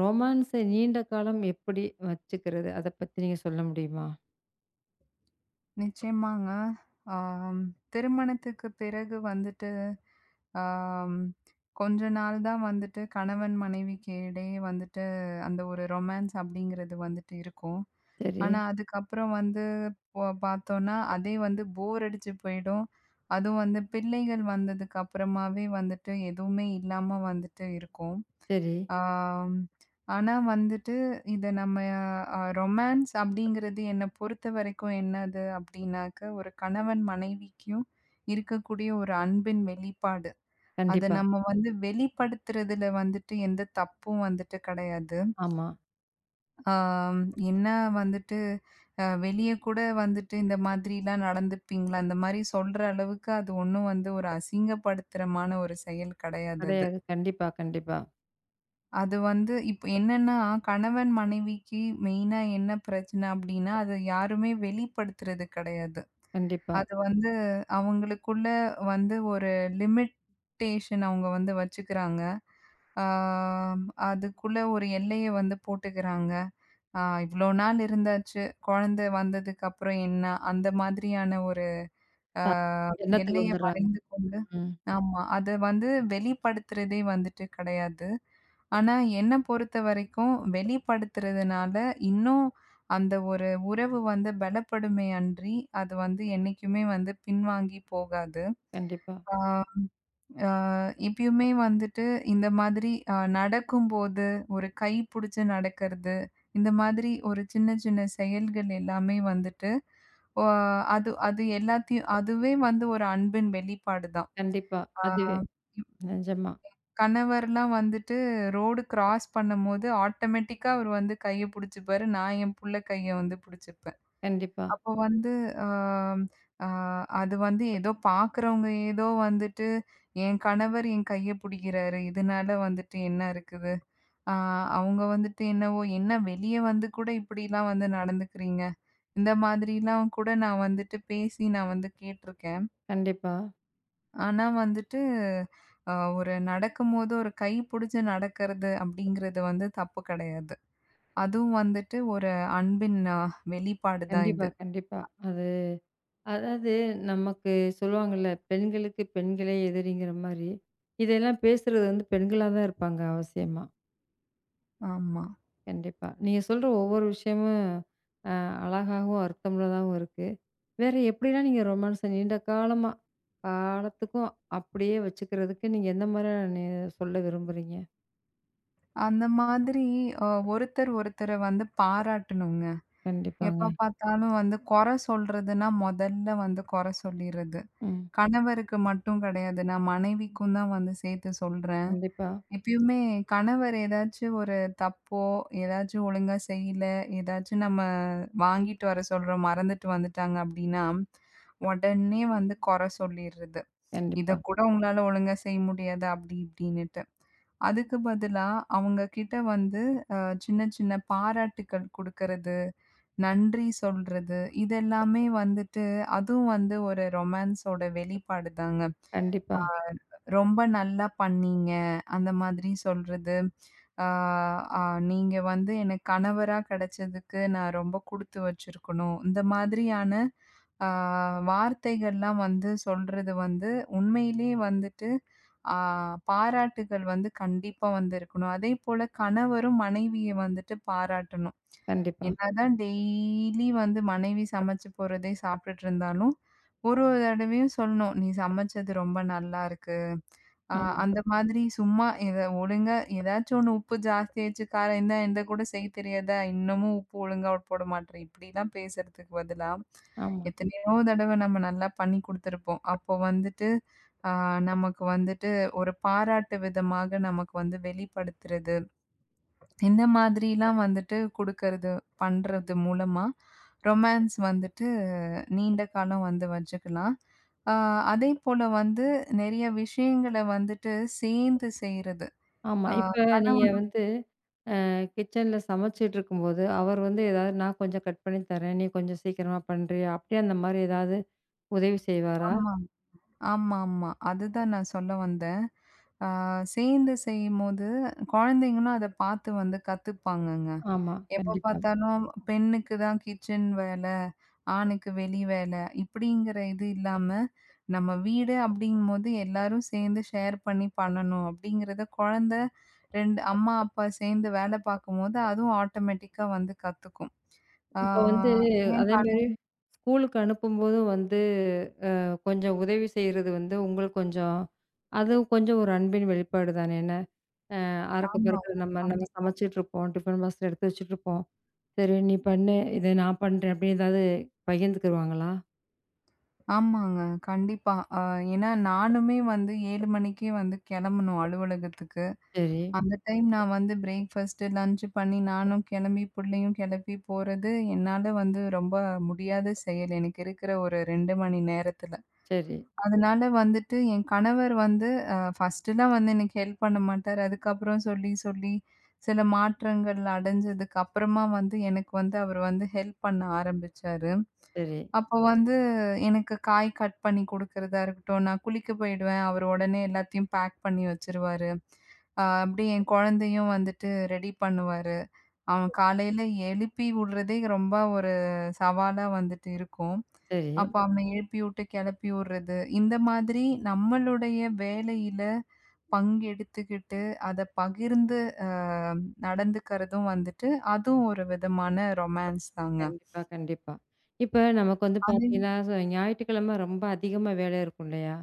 ரொமான்ஸ நீண்ட காலம் எப்படி வச்சுக்கிறது? அத பத்தி நீங்க சொல்ல முடியுமா? நிச்சயமாங்க. ஆம், திருமணத்துக்கு பிறகு வந்துட்டு, ஆம், கொஞ்ச நாள் தான் வந்துட்டு கணவன் மனைவிக்கு இடையே வந்துட்டு அந்த ஒரு ரொமான்ஸ் அப்படிங்கிறது வந்துட்டு இருக்கும். சரி, ஆனா, அதுக்கப்புறம் வந்து பார்த்தோம்னா, அதே வந்து போர் அடிச்சு போயிடும். அதுவும் வந்து பிள்ளைகள் வந்ததுக்கு அப்புறமாவே வந்துட்டு எதுவுமே இல்லாம வந்துட்டு இருக்கும். சரி. ஆம், ஆனா வந்துட்டு இது நம்ம ரொமான்ஸ் அப்படிங்கிறது என்ன பொறுத்தவரைக்கும் என்னது அப்படின்னாக்க, ஒரு கணவன் மனைவிக்கும் இருக்கக்கூடிய ஒரு அன்பின் வெளிப்பாடு. அத கண்டிப்பா. நம்ம வந்து வெளிப்படுத்துறதுல வந்துட்டு எந்த தப்பும் வந்துட்டு கிடையாது. ஆமா. ஆம், என்ன வந்துட்டு வெளிய கூட வந்துட்டு இந்த மாதிரிலாம் நடந்துப்பீங்களா? அந்த மாரி சொல்ற அளவுக்கு அது ஒண்ணும் வந்து ஒரு அசிங்கப்படுத்துறமான ஒரு செயல் கிடையாது அது. கிடையாது. கண்டிப்பா, கண்டிப்பா, அது வந்து இப்ப என்னன்னா, கணவன் மனைவிக்கு மெயினா என்ன பிரச்சனை அப்டின்னா, அத யாருமே வெளிப்படுத்துறது கெடையாது. கண்டிப்பா. அது வந்து அவங்களுக்குள்ள வந்து ஒரு லிமிட்டேஷன் அவங்க வந்து வச்சுக்கிறாங்க. ஆ அதுக்குள்ள ஒரு எல்லைய வந்து போட்டுக்கிறாங்க. இவ்ளோ நாள் இருந்தாச்சு, குழந்தை வந்ததுக்கப்புறம் என்ன? அந்த மாதிரியான ஒரு ஆ த எண்ணத்துக்கு எல்லைய வந்துர்றாங்க. வரைந்து கொண்டு ம். ஆமா. அத வந்து வெளிப்படுத்துறதே வந்துட்டு கிடையாது. ஆனா, என்ன பொறுத்தவரைக்கும் வெளிப்படுத்துறதுனால இன்னும் அந்த ஒரு உறவு வந்து பலப்படுமே அன்றி, அது வந்து என்னைக்குமே வந்து பின்வாங்கி போகாது. கண்டிப்பா, ஆ ஆ இப்பயுமே வந்துட்டு இந்த மாதிரி நடக்கும்போது, ஒரு கை புடிச்சு நடக்கிறது, இந்த மாதிரி ஒரு சின்ன சின்ன செயல்கள் எல்லாமே வந்துட்டு, ஒ அது அது எல்லாத்தையும் அதுவே வந்து ஒரு அன்பின் வெளிப்பாடு தான். கண்டிப்பா. ஆ அதுவே நிஜமா. கணவர்லாம் வந்துட்டு ரோடு கிராஸ் பண்ணும்போது ஆட்டோமேட்டிக்கா அவர் வந்து கைய புடிச்சுப்பாரு. நான் என் புள்ள கைய வந்து புடிச்சுப்பேன். கண்டிப்பா, அப்போ வந்து அ, அ அது வந்து ஏதோ பார்க்குறவங்க ஏதோ வந்துட்டு, என் கணவர் என் கைய புடிக்கிறாரு. இதனால வந்துட்டு என்ன இருக்குது? அ அவங்க வந்துட்டு என்னவோ, என்ன வெளிய வந்து கூட இப்படிலாம் வந்து நடந்துக்கிறீங்க. இந்த மாதிரிலாம் கூட நான் வந்துட்டு பேசி நான் வந்து கேட்டுருக்கேன். கண்டிப்பா, ஆனா வந்துட்டு, அ ஒரு நடக்கும்போது ஒரு கை புடிச்சு நடக்கிறது அப்படிங்கிறது வந்து தப்பு கெடையாது. அதுவும் வந்துட்டு ஒரு அன்பின் வெளிப்பாடு தான் கண்டிப்பா, இது. கண்டிப்பா. அது அதாவது, நமக்கு சொல்லுவாங்கல்ல, பெண்களுக்கு பெண்களே எதிரிங்கிற மாரி, இதெல்லாம் பேசுறது வந்து பெண்களா தான் இருப்பாங்க அவசியமா. ஆமா. கண்டிப்பா. நீங்க சொல்ற ஒவ்வொரு விஷயமும் அ அழகாகவும், அர்த்தமுள்ளதாகவும் இருக்கு. வேற எப்படிலாம் நீங்க ரொமான்ஸ நீண்ட காலமா, காலத்துக்கும் அப்படியே வச்சுக்கிறதுக்கு நீங்க எந்த மாரியான சொல்ல விரும்புறீங்க? அந்த மாதிரி அ ஒருத்தர் ஒருத்தர வந்து பாராட்டணுங்க. கண்டிப்பாங்க. எப்ப பார்த்தாலும் வந்து கொற சொல்றதுன்னா, மொதல்ல வந்து கொற சொல்லிர்றது. ம். கணவருக்கு மட்டும் கிடையாது. நான் மனைவிக்கும் தான் வந்து சேர்த்து சொல்றேன். கண்டிப்பா, எப்பயுமே கணவர் ஏதாச்சும் ஒரு தப்போ, ஏதாச்சும் ஒழுங்கா செய்யல, ஏதாச்சும் நம்ம வாங்கிட்டு வர சொல்றோம், மறந்துட்டு வந்துட்டாங்க அப்டின்னா, உடனே வந்து கொற சொல்லிர்றது. கண்டிப்பா, இத கூட உங்களால ஒழுங்கா செய்ய முடியாது அப்படி இப்படின்னுட்டு. அதுக்கு பதிலா அவங்க கிட்ட வந்து அ சின்ன சின்ன பாராட்டுக்கள் குடுக்கறது, நன்றி சொல்றது, இதெல்லாமே வந்துட்டு அதுவும் வந்து ஒரு ரொமான்ஸோட வெளிப்பாடு தாங்க. கண்டிப்பா, ரொம்ப நல்லா பண்ணீங்க. அந்த மாதிரி சொல்றது. ஆ, ஆ நீங்க வந்து எனக்கு கணவரா கிடைச்சதுக்கு நான் ரொம்ப குடுத்து வச்சிருக்கணும். இந்த மாதிரியான ஆ, வார்த்தைகள்லாம் வந்து சொல்றது வந்து உண்மையிலேயே வந்துட்டு ஆ, பாராட்டுகள் வந்து கண்டிப்பா வந்து இருக்கணும். அதேபோல கணவரும் மனைவிய வந்துட்டு பாராட்டணும். கண்டிப்பா. என்னதான் டெய்லி வந்து மனைவி சமைச்சு போறதே சாப்பிட்டுட்டு இருந்தாலும், ஒரு ஒரு தடவையும் சொல்லணும். "நீ சமைச்சது ரொம்ப நல்லா இருக்கு." அ ஆமா, அந்த மாதிரி சும்மா இத ஒழுங்கா ஏதாச்சும் ஒண்ணு உப்பு ஜாஸ்தியாச்சு, காரம் என்ன இந்த கூட செய்ய தெரியாதா? இன்னமும் உப்பு ஒழுங்கா போட மாட்ற. இப்படிலாம் பேசுறதுக்கு பதிலா, ஆமா, எத்தனையோ தடவ நம்ம நல்லா பண்ணி குடுத்துருப்போம். அப்போ வந்துட்டு, அ நமக்கு வந்துட்டு ஒரு பாராட்டு விதமாக நமக்கு வந்து வெளிப்படுத்துறது. இந்த மாதிரிலாம் வந்துட்டு குடுக்கறது பண்றது மூலமா, ரொமான்ஸ் வந்துட்டு நீண்ட காலம் வந்து வச்சுக்கலாம். அ அதேபோல வந்து நெறைய விஷயங்கள வந்துட்டு சேர்ந்து செய்றது. ஆமா. அ இப்ப நீங்க கணவன் வந்து கிச்சன்ல சமைச்சுட்டு இருக்கும்போது, அவர் வந்து ஏதாவது "நான் கொஞ்சம் கட் பண்ணி தரேன். நீ கொஞ்சம் சீக்கிரமா பண்றியா?" அப்படி அந்த மாரி ஏதாவது உதவி செய்வாரா? ஆமா, ஆமாமா. அதுதான் நான் சொல்ல வந்தேன். அ சேர்ந்து செய்யும்போது, குழந்தைங்களும் அத பார்த்து வந்து கத்துப்பாங்கங்க. ஆமா, எப்ப கண்டிப்பா. பார்த்தாலும் பெண்ணுக்கு தான் கிச்சன் வேலை, ஆணுக்கு வெளி வேலை இப்படிங்கிற இது இல்லாம, நம்ம வீடு அப்படிங்கும்போது எல்லாரும் சேர்ந்து ஷேர் பண்ணி பண்ணணும் அப்படிங்கிறத குழந்தை 2 அம்மா, அப்பா சேர்ந்து வேலை பார்க்கும்போது அதுவும் ஆட்டோமேட்டிக்கா வந்து கத்துக்கும். ஆ இப்ப வந்து ஏன் அதேமாரி காரணம் ஸ்கூலுக்கு அனுப்பும்போதும் வந்து கொஞ்சம் உதவி செய்றது வந்து உங்களுக்கு கொஞ்சம் அதுவும் கொஞ்சம் ஒரு அன்பின் வெளிப்பாடு தானே என்ன? அறக்க பறக்க ஆமாங்க, நம்ம நம்ம கண்டிப்பா. சமைச்சுட்ருப்போம். டிஃபன் பாக்ஸ்ல எடுத்து வச்சுட்ருப்போம். "சரி நீ பண்ணு, இத நான் பண்றேன்" அப்படின்னு ஏதாவது பகிர்ந்துக்குருவாங்களா? ஆமாங்க, கண்டிப்பா. ஏன்னா நானுமே வந்து 7 மணிக்கே வந்து கிளம்பணும் அலுவலகத்துக்கு. சரி, அந்த டைம் நான் வந்து பிரேக்ஃபாஸ்ட்டு, லன்ச் பண்ணி நானும் கெளம்பி, புள்ளையும் கெளப்பி போறது, என்னால வந்து ரொம்ப முடியாத செயல். எனக்கு இருக்கிற ஒரு 2 மணி நேரத்துல. சரி, அதனால வந்துட்டு என் கணவர் வந்து ஃபர்ஸ்ட்டுலாம் வந்து எனக்கு ஹெல்ப் பண்ண மாட்டாரு. அதுக்கப்புறம் சொல்லி, சில மாற்றங்கள் அடைஞ்சதுக்கு அப்புறமா வந்து எனக்கு வந்து அவர் வந்து ஹெல்ப் பண்ண ஆரம்பிச்சாரு. சரி, அப்போ வந்து எனக்கு காய் கட் பண்ணி குடுக்கறதா இருக்கட்டும், நான் குளிக்க போயிடுவேன். அவர் உடனே எல்லாத்தையும் பேக் பண்ணி வச்சுருவாரு. அப்படியே என் குழந்தையும் வந்துட்டு ரெடி பண்ணுவாரு. அவன் காலையில எழுப்பி விடுறதே ரொம்ப ஒரு சவாலா வந்துட்டு இருக்கும். சரி. அப்ப அவன எழுப்பிவுட்டு, கெளப்பிவுட்றது. இந்த மாதிரி நம்மளுடைய வேலையில பங்கெடுத்துக்கிட்டு, அத பகிர்ந்து அ நடந்துக்கிறதும் வந்துட்டு, அதுவும் ஒரு விதமான ரொமான்ஸ் தாங்க. கண்டிப்பா, கண்டிப்பா. இப்ப நமக்கு வந்து அது பார்த்தீங்கன்னா, ஞாயிற்றுக்கிழமை ரொம்ப அதிகமா வேலை இருக்கும் இல்லையா?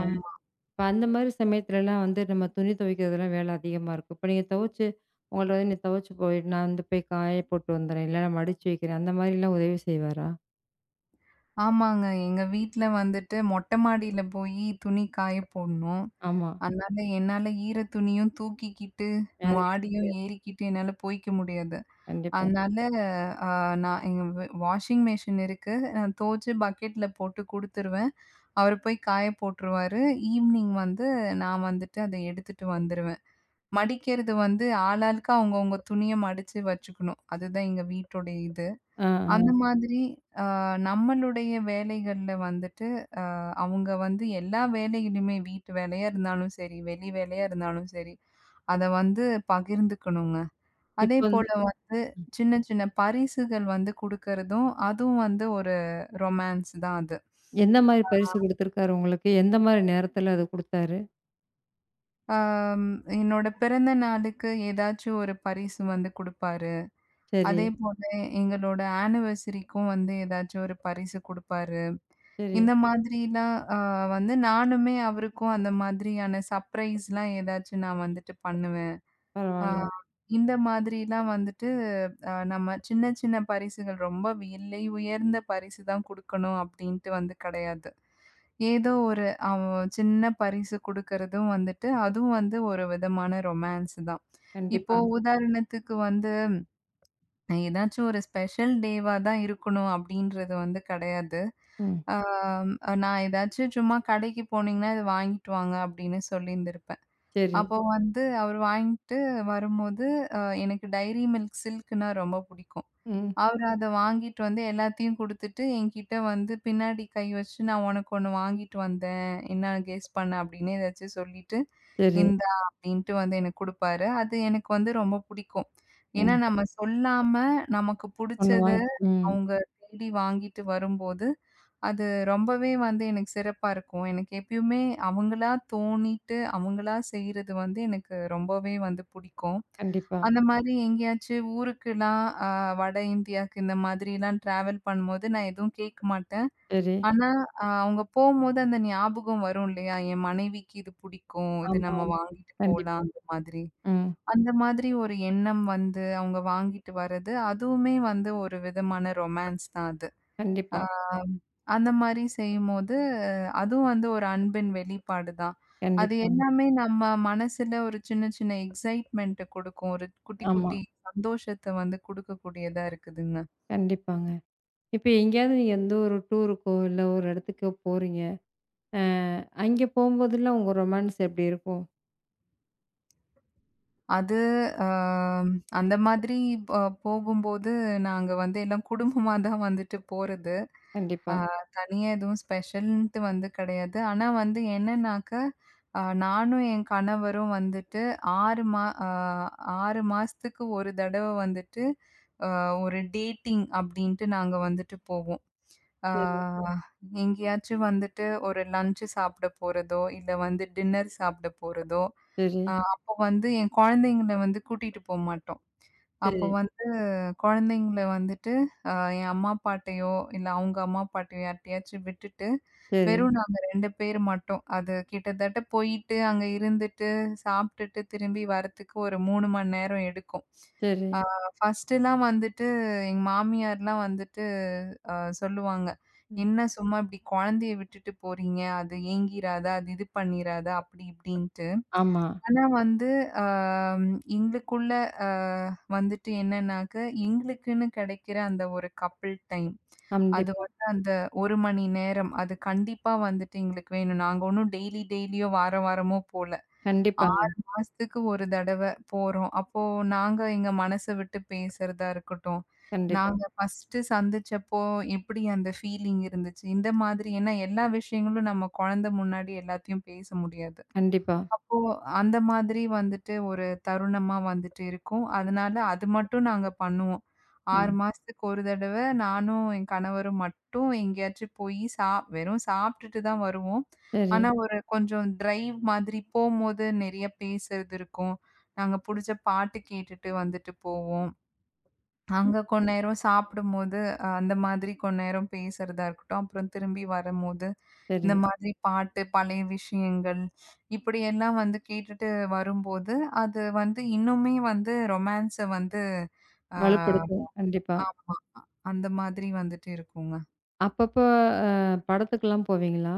ஆமா. இப்ப அந்த மாரி சமயத்துலலாம் வந்து நம்ம துணி துவைக்கிறதெல்லாம் வேலை அதிகமா இருக்கும். இப்ப நீங்க துவச்சு உங்கள்ட்ட வந்து நீ துவச்சு போய் நான் வந்து போய் காய போட்டு வந்துறேன். இல்ல நான் மடிச்சு வைக்கிறேன். அந்த மாரிலாம் உதவி செய்வாரா? ஆமாங்க. எங்க வீட்ல வந்துட்டு மொட்ட மாடியில போயி துணி காய போடணும். ஆமா. அதனால என்னால ஈர துணியும் தூக்கிக்கிட்டு, வேலை ஏற மாடியும் முடியாது. ஏறிக்கிட்டு என்னால போய்க்க முடியாது. கண்டிப்பா. அதனால அ நான் எங்க வாஷிங் மெஷின் இருக்கு. நான் துவச்சு பக்கெட்ல போட்டு குடுத்துருவேன். அவரு போய் காய போட்டுருவாரு. ஈவ்னிங் வந்து நான் வந்துட்டு அத எடுத்துட்டு வந்துருவேன். மடிக்கிறது வந்து ஆளாளுக்கு அவங்கவங்க துணிய மடிச்சு வச்சுக்கணும். அதுதான் எங்க வீட்டுடைய இது. ஆ, அந்த ஆ. மாதிரி அ நம்மளுடைய வேலைகள்ல வந்துட்டு அவங்க வந்து எல்லா வேலையிலுமே வீட்டு வேலையா இருந்தாலும் சரி, வெளி வேலையா இருந்தாலும் சரி, அத வந்து பகிர்ந்துக்கணுங்க. இப்ப வந்து அதேபோல வந்து சின்ன சின்ன பரிசுகள் வந்து குடுக்கறதும், அதுவும் வந்து ஒரு ரொமான்ஸ் தான் அது. எந்த மாரி பரிசு குடுத்துருக்காரு உங்களுக்கு? எந்த மாரி நேரத்துல அது குடுத்தாரு? ஆம், என்னோட பிறந்த நாளுக்கு ஏதாச்சும் ஒரு பரிசு வந்து குடுப்பாரு. சரி, அதே போல எங்களோட ஆனிவர்சரிக்கும் வந்து ஏதாச்சும் ஒரு பரிசு குடுப்பாரு. சரி. இந்த மாதிரிலாம் வந்து நானுமே அவருக்கும் அந்த மாதிரியான சர்ப்ரைஸ்லாம் ஏதாச்சும் நான் வந்துட்டு பண்ணுவேன். ஆ பரவால்ல. இந்த மாதிரிலாம் வந்துட்டு நம்ம சின்ன சின்ன பரிசுகள் ரொம்ப விலை உயர்ந்த பரிசு தான் குடுக்கணும் அப்படின்ட்டு வந்து கிடையாது. ஏதோ ஒரு அவன் சின்ன பரிசு குடுக்கறதும் வந்துட்டு, அதுவும் வந்து ஒரு விதமான ரொமான்ஸ் தான். இப்போ கண்டிப்பா. உதாரணத்துக்கு வந்து ஏதாச்சும் ஒரு ஸ்பெஷல் டேவா தான் இருக்கணும் அப்டின்றது வந்து கெடையாது. ம். ஆ நான் ஏதாச்சும் சும்மா கடைக்கு போனீங்கன்னா, "இத வாங்கிட்டு வாங்க" அப்டின்னு சொல்லியிருந்திருப்பேன். சரி. அப்போ வந்து அவரு வாங்கிட்டு வரும்போது, அ எனக்கு டைரி மில்க் சில்க்னா ரொம்ப புடிக்கும். ம். அவரு அத வாங்கிட்டு வந்து எல்லாத்தையும் குடுத்துட்டு, என்கிட்ட வந்து பின்னாடி கை வச்சு, "நான் உனக்கு ஒண்ணு வாங்கிட்டு வந்தேன். என்ன கெஸ் பண்ணு?" அப்படின்னு ஏதாச்சும் சொல்லிட்டு, சரி. "இந்தா" அப்படின்ட்டு வந்து எனக்கு குடுப்பாரு. அது எனக்கு வந்து ரொம்ப புடிக்கும். ஏன்னா, ம். நம்ம சொல்லாம நமக்கு ஒண்ணு புடிச்சத வாங்கி. ம். அவங்க தேடி வாங்கிட்டு வரும்போது, அது ரொம்பவே வந்து எனக்கு சிறப்பா இருக்கும். எனக்கு எப்பயுமே அவங்களா தோணிட்டு, அவங்களா செய்றது வந்து எனக்கு ரொம்பவே வந்து புடிக்கும். கண்டிப்பா. அந்த மாரி எங்கேயாச்சும் ஊருக்குலாம் வட இந்தியாக்கு இந்த மாதிரிலாம் ட்ராவல் பண்ணும்போது நான் எதுவும் கேட்க மாட்டேன். சரி. ஆனா, அவங்க போம்போது அந்த ஞாபகம் வரும் இல்லையா? என் மனைவிக்கு இது புடிக்கும். இது ஆமா, நம்ம ஆமா. வாங்கிட்டு போலாம் கண்டிப்பா. அந்த மாதிரி. ம். அந்த மாதிரி ஒரு எண்ணம் வந்து அவங்க வாங்கிட்டு வர்றது, அதுவுமே வந்து ஒரு விதமான ரொமான்ஸ் தான் அது. ஆ கண்டிப்பா. அந்த மாரி செய்யும்போது, அதுவும் வந்து ஒரு அன்பின் வெளிப்பாடு தான். அது கண்டிப்பாங்க. எல்லாமே நம்ம மனசுல ஒரு சின்ன சின்ன எக்ஸைட்மென்ட்ட குடுக்கும். ஒரு குட்டி ஆமா. குட்டி சந்தோஷத்த வந்து குடுக்கக்கூடியதா இருக்குதுங்க. கண்டிப்பாங்க. இப்ப எங்கேயாவது நீங்க எந்த ஒரு டூருக்கோ, இல்ல ஒரு இடத்துக்கோ போறீங்க. அ அங்கே போம்போதெல்லாம் உங்க ரொமான்ஸ் எப்டி இருக்கும்? அது அ அந்த மாதிரி ப போகும்போது, நாங்க வந்து எல்லாம் குடும்பமா தான் வந்துட்டு போறது. அ கண்டிப்பா. தனியா எதுவும் ஸ்பெஷல்ன்ட்டு வந்து கிடையாது. ஆனா வந்து என்னன்னாக்க, நானும் என் கணவரும் வந்துட்டு 6 மா அ 6 மாசத்துக்கு ஒரு தடவ வந்துட்டு, அ ஒரு டேட்டிங் அப்படின்ட்டு நாங்க வந்துட்டு போவோம். ஆ சரி, எங்கேயாச்சும் வந்துட்டு ஒரு லஞ்ச் சாப்பிட போறதோ, இல்ல வந்து டின்னர் சாப்பிட போறதோ, சரி, அப்போ வந்து என் குழந்தைங்கள வந்து கூட்டிட்டு போமாட்டோம். அப்போ சரி, வந்து குழந்தைங்கள வந்துட்டு என் அம்மா அப்பாட்டயோ, இல்ல அவங்க அம்மா அப்பாட்டயோ யார்ட்டயாச்சும் விட்டுட்டு, சரி, வெறும் நாங்க 2 பேர் மட்டும். அது கிட்டத்தட்ட போயிட்டு, அங்க இருந்துட்டு, சாப்ட்டுட்டு, திரும்பி வரத்துக்கு ஒரு 3 மணி நேரம் எடுக்கும். சரி. ஆ ஃபர்ஸ்ட்டுலாம் வந்துட்டு எங்க மாமியார்லாம் வந்துட்டு அ சொல்லுவாங்க. ம். "என்ன சும்மா இப்டி கொழந்தைய விட்டுட்டு போறீங்க? அது ஏங்கிராதா? அது இது பண்ணிராதா?" அப்டி இப்டின்ட்டு. ஆமா. ஆனா வந்து, அ எங்களுக்குள்ள அ வந்துட்டு என்னன்னாக்க, எங்களுக்குன்னு கிடைக்கிற அந்த ஒரு கப்புல் டைம். அது கண்டிப்பா. வந்து அந்த 1 மணி நேரம். அது கண்டிப்பா வந்துட்டு எங்களுக்கு வேணும். நாங்க ஒண்ணும் டெய்லி டெய்லியோ, வார வாரமோ போல. கண்டிப்பாங்க. 6 மாசத்துக்கு ஒரு தடவ போறோம். அப்போ நாங்க எங்க மனச விட்டு பேசுறதா இருக்கட்டும். கண்டிப்பா, நாங்க ஃபர்ஸ்ட்டு சந்திச்சப்போ எப்படி அந்த ஃபீலிங் இருந்துச்சு? இந்த மாதிரி ஏன்னா எல்லா விஷயங்களும் நம்ம குழந்தை முன்னாடி எல்லாத்தையும் பேச முடியாது. கண்டிப்பா. அப்போ அந்த மாதிரி வந்துட்டு ஒரு தருணமா வந்துட்டு இருக்கும். அதனால அது மட்டும் நாங்க பண்ணுவோம். 6 ம். மாசத்துக்கு ஒரு தடவ நானும் என் கணவரும் மட்டும் எங்கேயாச்சும் போயி வெறும் சாப்பிட்டுட்டு தான் வருவோம். சரி, ஆனா ஒரு கொஞ்சம் டிரைவ் மாதிரி போம்போது நெறைய பேசுறது இருக்கும். நாங்க புடிச்ச பாட்டு கேட்டுட்டு வந்துட்டு போவோம். அங்க கொஞ்ச நேரம் சாப்பிடும்போது, அந்த மாதிரி கொஞ்ச நேரம் பேசுறதா இருக்கட்டும். அப்புறம் திரும்பி வரும்போது, சரி. இந்த மாதிரி பாட்டு, பழைய விஷயங்கள் இப்படியெல்லாம் வந்து கேட்டுட்டு வரும்போது, அது வந்து இன்னுமே வந்து ரொமான்ஸ வந்து அ வலுப்படுத்தும். கண்டிப்பா. அ அந்த மாதிரி வந்துட்டு இருக்குங்க. அப்பப்ப அ படத்துக்கெல்லாம் போவீங்களா?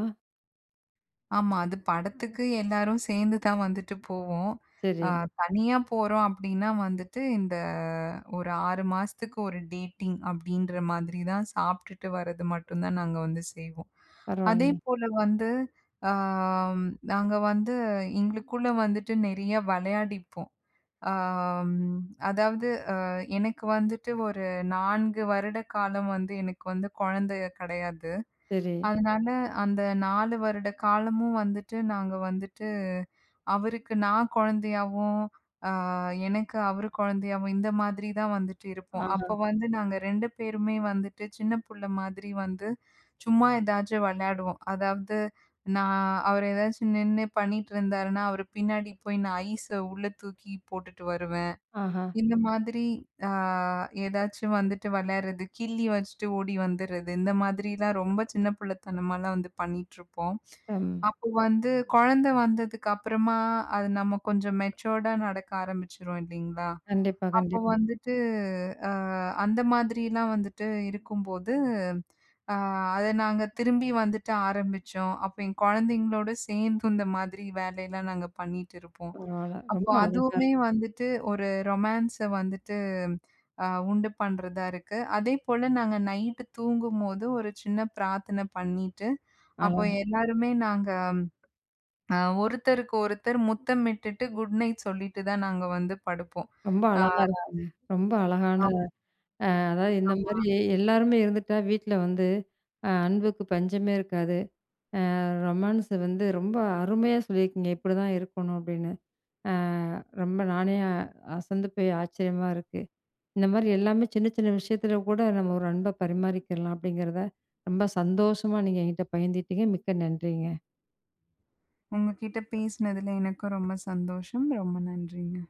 ஆமா. அது படத்துக்கு எல்லாரும் சேர்ந்து தான் வந்துட்டு போவோம். சரி. அ தனியா போறோம் அப்டின்னா வந்துட்டு, இந்த ஒரு 6 மாசத்துக்கு ஒரு டேட்டிங் அப்டின்ற மாதிரி தான் சாப்ட்டுட்டு வர்றது மட்டும் தான் நாங்க வந்து செய்வோம். பரவால்லங்க. அதேபோல வந்து அ நாங்க வந்து எங்களுக்குள்ள வந்துட்டு நெறைய விளையாடிப்போம். அம் அதாவது எனக்கு வந்துட்டு ஒரு 4 வருட காலம் வந்து எனக்கு வந்து குழந்தை கிடையாது. சரி. அதனால அந்த 4 வருட காலமும் வந்துட்டு, நாங்க வந்துட்டு அவருக்கு நான் குழந்தையாவும், அ எனக்கு அவரு குழந்தையாவும் இந்த மாதிரி தான் வந்துட்டு இருப்போம். ஆஹா, அப்ப வந்து நாங்க 2 பேருமே வந்துட்டு சின்ன புள்ள மாதிரி வந்து சும்மா ஏதாச்சும் விளையாடுவோம். அதாவது நான் அவரு ஏதாச்சும் நின்னு பண்ணிட்டு இருந்தாருன்னா, அவரு பின்னாடி போய் நான் ஐஸ உள்ள தூக்கி போட்டுட்டு வருவேன். ஆஹா. இந்த மாதிரி ஆ ஏதாச்சும் வந்துட்டு விளையாடுறது, கிள்ளி வச்சுட்டு ஓடி வந்துர்றது. இந்த மாதிரிலாம் ரொம்ப சின்ன பிள்ளைத்தனமாலாம் வந்து பண்ணிட்டுருப்போம். ம். அப்போ வந்து குழந்தை வந்ததுக்கு அப்புறமா, அது நம்ம கொஞ்சம் மெச்சூர்டா நடக்க ஆரம்பிச்சுரும் இல்லைங்களா? கண்டிப்பா, அப்போ கண்டிப்பா. வந்துட்டு அ அந்த மாதிரிலாம் வந்துட்டு இருக்கும்போது, ஆ அத நாங்க திரும்பி வந்துட்டு ஆரம்பிச்சோம். அப்போ என் குழந்தைங்களோட சேர்ந்து இந்த மாதிரி வேலையெல்லாம் நாங்க பண்ணிட்டு இருப்போம். பரவால்ல. அப்போ அதுவுமே வந்துட்டு ஒரு ரொமான்ஸ வந்துட்டு அ உண்டு பண்றதா இருக்கு. அதேபோல நாங்க நைட்டு தூங்கும்போது ஒரு சின்ன பிரார்த்தனை பண்ணிட்டு, அழ அப்போ எல்லாருமே நாங்க அ ஒருத்தருக்கு ஒருத்தர் முத்தமிட்டுட்டு குட் நைட் சொல்லிட்டு தான் நாங்க வந்து படுப்போம். ரொம்ப அ அழகா இருக்குங்க. ரொம்ப அழகான அதாவது, இந்த மாரி ஆமாமா. எல்லாருமே இருந்துட்டா வீட்ல வந்து அன்புக்கு பஞ்சமே இருக்காது. ரொமான்ஸ் வந்து ரொம்ப அருமையா சொல்லியிருக்கீங்க. இப்படிதான் இருக்கணும் அப்படின்னு. அ ரொம்ப நானே அசந்து போய் ஆச்சரியமா இருக்கு. இந்த மாரி எல்லாமே சின்ன சின்ன விஷயத்துல கூட நம்ம ஒரு அன்ப பரிமாறிக்கலாம் அப்படிங்கிறத ரொம்ப சந்தோஷமா நீங்க என்கிட்ட பகிர்ந்துட்டீங்க. மிக்க நன்றிங்க. உங்ககிட்ட பேசினதுல எனக்கும் ரொம்ப சந்தோஷம். ரொம்ப நன்றிங்க.